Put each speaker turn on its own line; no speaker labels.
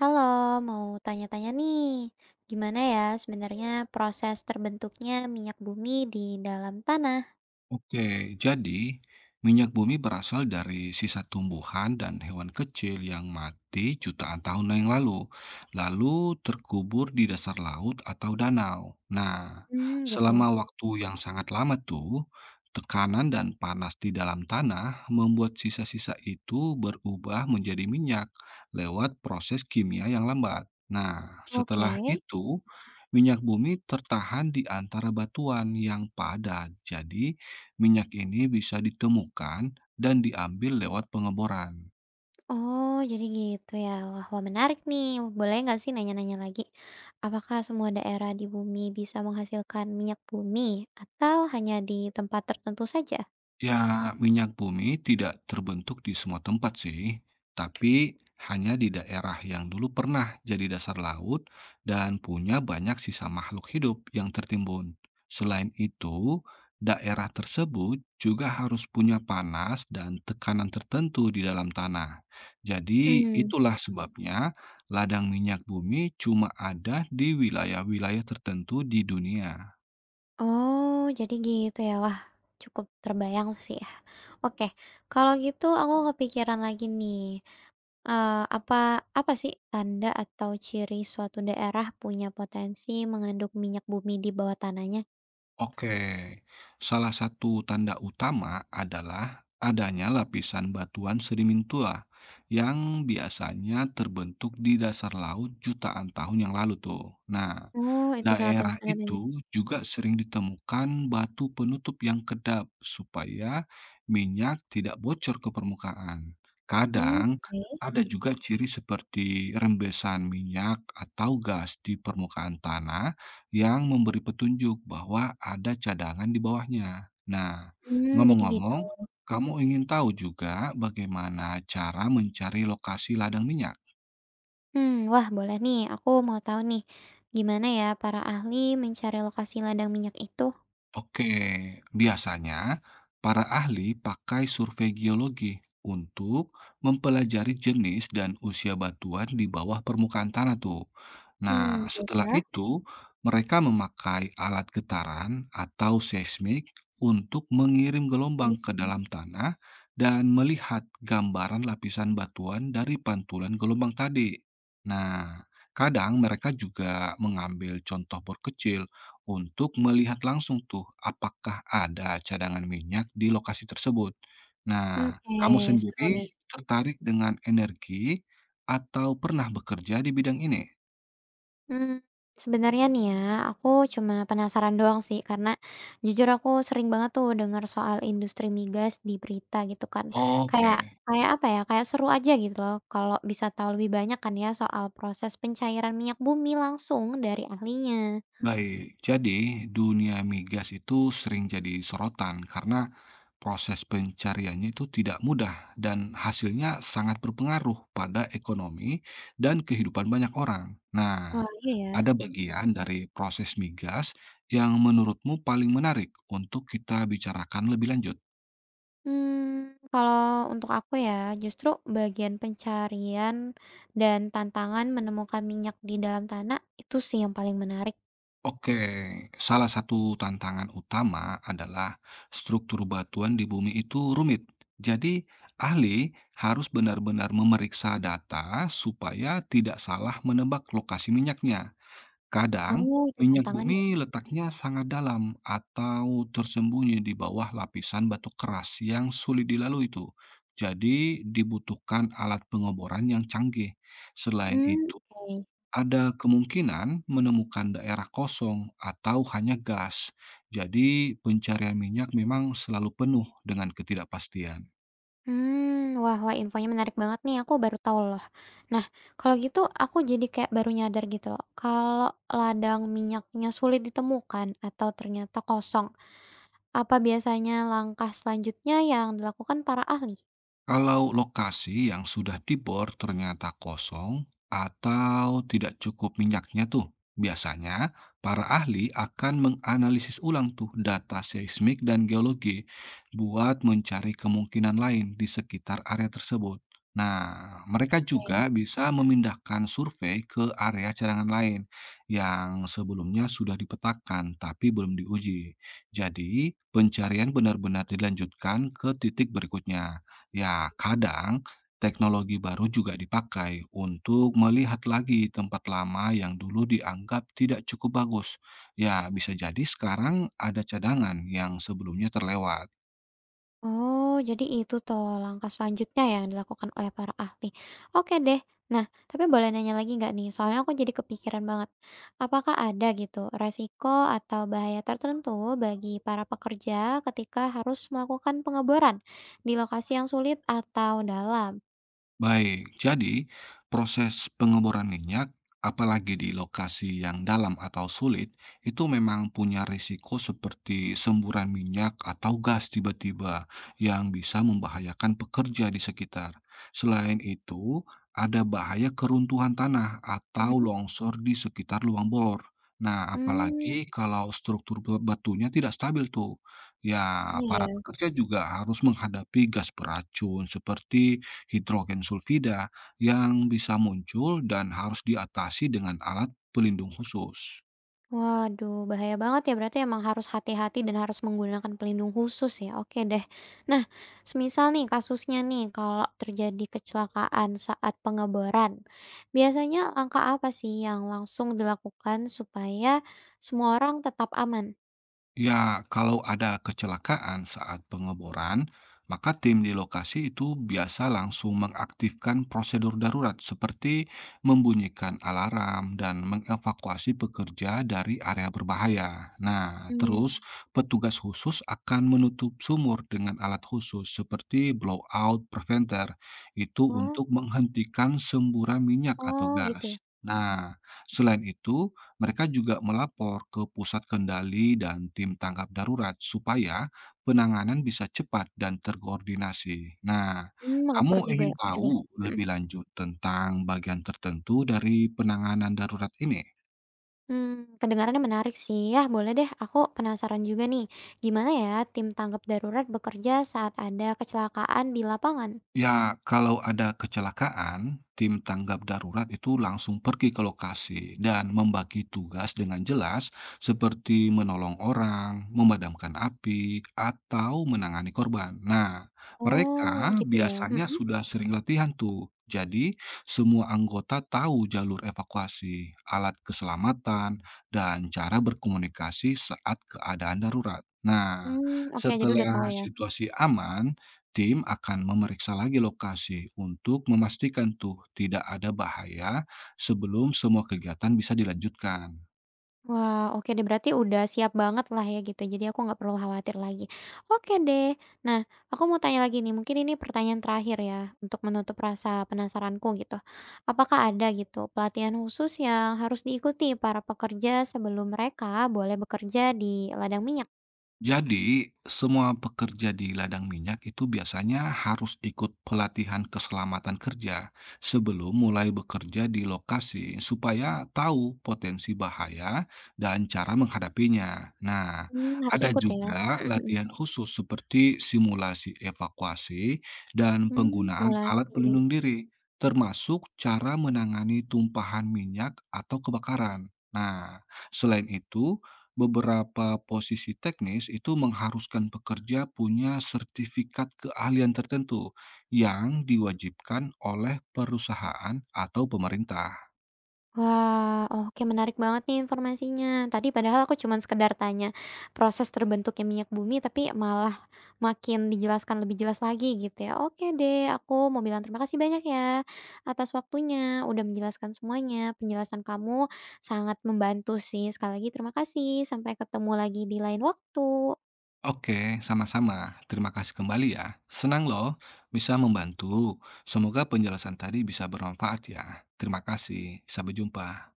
Halo, mau tanya-tanya nih, gimana ya sebenarnya proses terbentuknya minyak bumi di dalam tanah?
Oke, jadi minyak bumi berasal dari sisa tumbuhan dan hewan kecil yang mati jutaan tahun yang lalu, lalu terkubur di dasar laut atau danau. Nah,
Hmm, gitu.
selama waktu yang sangat lama tuh, tekanan dan panas di dalam tanah membuat sisa-sisa itu berubah menjadi minyak lewat proses kimia yang lambat. Nah,
Oke.
setelah itu, minyak bumi tertahan di antara batuan yang padat. Jadi, minyak ini bisa ditemukan dan diambil lewat pengeboran.
Oh, jadi gitu ya. Wah, wah menarik nih. Boleh nggak sih nanya-nanya lagi? Apakah semua daerah di bumi bisa menghasilkan minyak bumi atau hanya di tempat tertentu saja?
Ya, minyak bumi tidak terbentuk di semua tempat sih, tapi hanya di daerah yang dulu pernah jadi dasar laut dan punya banyak sisa makhluk hidup yang tertimbun. Selain itu, daerah tersebut juga harus punya panas dan tekanan tertentu di dalam tanah. Jadi,
Hmm.
itulah sebabnya ladang minyak bumi cuma ada di wilayah-wilayah tertentu di dunia.
Oh, jadi gitu ya. Wah, cukup terbayang sih ya. Oke, kalau gitu aku kepikiran lagi nih. Eee, apa apa sih tanda atau ciri suatu daerah punya potensi mengandung minyak bumi di bawah tanahnya?
Oke, salah satu tanda utama adalah adanya lapisan batuan sedimentua yang biasanya terbentuk di dasar laut jutaan tahun yang lalu tuh. Nah,
Oh, itu salah satu
daerah
tandanya.
itu juga sering ditemukan batu penutup yang kedap supaya minyak tidak bocor ke permukaan.
Hmm,
Kadang
oke.
ada juga ciri seperti rembesan minyak atau gas di permukaan tanah yang memberi petunjuk bahwa ada cadangan di bawahnya. Nah,
Hmm, jadi gitu.
ngomong-ngomong, kamu ingin tahu juga bagaimana cara mencari lokasi ladang minyak?
Hmm, wah boleh nih, aku mau tahu nih, gimana ya para ahli mencari lokasi ladang minyak itu?
Oke, biasanya para ahli pakai survei geologi untuk mempelajari jenis dan usia batuan di bawah permukaan tanah tuh. Nah,
Hmm,
setelah
iya,
itu mereka memakai alat getaran atau seismik untuk mengirim gelombang ke
seismik.
dalam tanah dan melihat gambaran lapisan batuan dari pantulan gelombang tadi. Nah, kadang mereka juga mengambil contoh bor kecil untuk melihat langsung tuh apakah ada cadangan minyak di lokasi tersebut. Nah,
Oke,
kamu
seru
sendiri
nih.
tertarik dengan energi atau pernah bekerja di bidang ini?
Mmm, sebenarnya nih ya, aku cuma penasaran doang sih, karena jujur aku sering banget tuh dengar soal industri migas di berita gitu kan.
Oke,
Kayak kayak apa ya, kayak seru aja gitu loh kalau bisa tahu lebih banyak kan ya soal proses pencairan minyak bumi langsung dari ahlinya.
baik. Jadi, dunia migas itu sering jadi sorotan karena proses pencariannya itu tidak mudah dan hasilnya sangat berpengaruh pada ekonomi dan kehidupan banyak orang. Nah,
Wah, iya ya.
ada bagian dari proses migas yang menurutmu paling menarik untuk kita bicarakan lebih lanjut.
Kalau untuk aku ya, justru bagian pencarian dan tantangan menemukan minyak di dalam tanah, itu sih yang paling menarik.
Oke, salah satu tantangan utama adalah struktur batuan di bumi itu rumit. Jadi, ahli harus benar-benar memeriksa data supaya tidak salah menebak lokasi minyaknya. Kadang,
Oh, itu
minyak
tantangannya ya?
bumi letaknya sangat dalam atau tersembunyi di bawah lapisan batu keras yang sulit dilalui itu. Jadi, dibutuhkan alat pengoboran yang canggih. Selain
Mmm,
itu,
oke.
ada kemungkinan menemukan daerah kosong atau hanya gas. Jadi, pencarian minyak memang selalu penuh dengan ketidakpastian.
Hmm, wah wah infonya menarik banget nih, aku baru tahu loh. Nah, kalau gitu aku jadi kayak baru nyadar gitu loh, kalau ladang minyaknya sulit ditemukan atau ternyata kosong, apa biasanya langkah selanjutnya yang dilakukan para ahli?
Kalau lokasi yang sudah dibor ternyata kosong atau tidak cukup minyaknya tuh, biasanya para ahli akan menganalisis ulang tuh data seismik dan geologi buat mencari kemungkinan lain di sekitar area tersebut. Nah, mereka juga
Oke.
bisa memindahkan survei ke area cadangan lain yang sebelumnya sudah dipetakan tapi belum diuji. Jadi, pencarian benar-benar dilanjutkan ke titik berikutnya. Ya, kadang teknologi baru juga dipakai untuk melihat lagi tempat lama yang dulu dianggap tidak cukup bagus. Ya, bisa jadi sekarang ada cadangan yang sebelumnya terlewat.
Oh, jadi itu tuh langkah selanjutnya yang dilakukan oleh para ahli. Oke deh. Nah, tapi boleh nanya lagi nggak nih? Soalnya aku jadi kepikiran banget. Apakah ada gitu resiko atau bahaya tertentu bagi para pekerja ketika harus melakukan pengeboran di lokasi yang sulit atau dalam?
Baik, jadi proses pengeboran minyak, apalagi di lokasi yang dalam atau sulit, itu memang punya risiko seperti semburan minyak atau gas tiba-tiba yang bisa membahayakan pekerja di sekitar. Selain itu, ada bahaya keruntuhan tanah atau
Mhm.
longsor di sekitar lubang bor. Nah,
Hmm,
apalagi kalau struktur batunya tidak stabil tuh. Ya,
iya
para
ya.
pekerja juga harus menghadapi gas beracun seperti hidrogen sulfida yang bisa muncul dan harus diatasi dengan alat pelindung khusus.
Waduh, bahaya banget ya. Berarti emang harus hati-hati dan harus menggunakan pelindung khusus ya. Oke deh. Nah, semisal nih kasusnya nih kalau terjadi kecelakaan saat pengeboran, biasanya langkah apa sih yang langsung dilakukan supaya semua orang tetap aman?
Ya, kalau ada kecelakaan saat pengeboran, maka tim di lokasi itu biasa langsung mengaktifkan prosedur darurat seperti membunyikan alarm dan mengevakuasi pekerja dari area berbahaya. Nah,
Hmm.
terus petugas khusus akan menutup sumur dengan alat khusus seperti blowout preventer, itu
Oh,
untuk menghentikan semburan minyak atau
oh gitu ya.
gas. Nah, selain itu, mereka juga melapor ke pusat kendali dan tim tanggap darurat supaya penanganan bisa cepat dan terkoordinasi. Nah,
Hmm,
kamu
melapor juga
ingin
ya. Oke deh.
tahu
Mm-mm.
lebih lanjut tentang bagian tertentu dari penanganan darurat ini?
Hmm, kedengarannya menarik sih. Ya, boleh deh. Aku penasaran juga nih, gimana ya tim tanggap darurat bekerja saat ada kecelakaan di lapangan?
Ya, kalau ada kecelakaan, tim tanggap darurat itu langsung pergi ke lokasi dan membagi tugas dengan jelas, seperti menolong orang, memadamkan api, atau menangani korban. Nah,
Oh,
mereka
gitu ya?
biasanya
Mhm.
sudah sering latihan tuh. Jadi, semua anggota tahu jalur evakuasi, alat keselamatan, dan cara berkomunikasi saat keadaan darurat. Nah,
Oke, jadi udah tahu
setelah
ya?
situasi aman, tim akan memeriksa lagi lokasi untuk memastikan tuh tidak ada bahaya sebelum semua kegiatan bisa dilanjutkan.
Wah, oke deh berarti udah siap banget lah ya gitu, jadi aku nggak perlu khawatir lagi. Oke deh. Nah, aku mau tanya lagi nih, mungkin ini pertanyaan terakhir ya, untuk menutup rasa penasaranku gitu. Apakah ada gitu pelatihan khusus yang harus diikuti para pekerja sebelum mereka boleh bekerja di ladang minyak?
Jadi, semua pekerja di ladang minyak itu biasanya harus ikut pelatihan keselamatan kerja sebelum mulai bekerja di lokasi supaya tahu potensi bahaya dan cara menghadapinya. Nah,
Harus
ada
ikut ya?
juga
Mhm, mhm.
latihan khusus seperti simulasi evakuasi dan penggunaan alat
Simulasi.
pelindung diri, termasuk cara menangani tumpahan minyak atau kebakaran. Nah, selain itu, beberapa posisi teknis itu mengharuskan pekerja punya sertifikat keahlian tertentu yang diwajibkan oleh perusahaan atau pemerintah.
Wah, oke menarik banget nih informasinya. Tadi padahal aku cuman sekedar tanya proses terbentuknya minyak bumi, tapi malah makin dijelaskan lebih jelas lagi gitu ya. Oke deh, aku mau bilang terima kasih banyak ya atas waktunya, udah menjelaskan semuanya. Penjelasan kamu sangat membantu sih. Sekali lagi terima kasih. Sampai ketemu lagi di lain waktu.
Oke, sama-sama. Terima kasih kembali ya. Senang loh bisa membantu. Semoga penjelasan tadi bisa bermanfaat ya. Terima kasih. Sampai jumpa.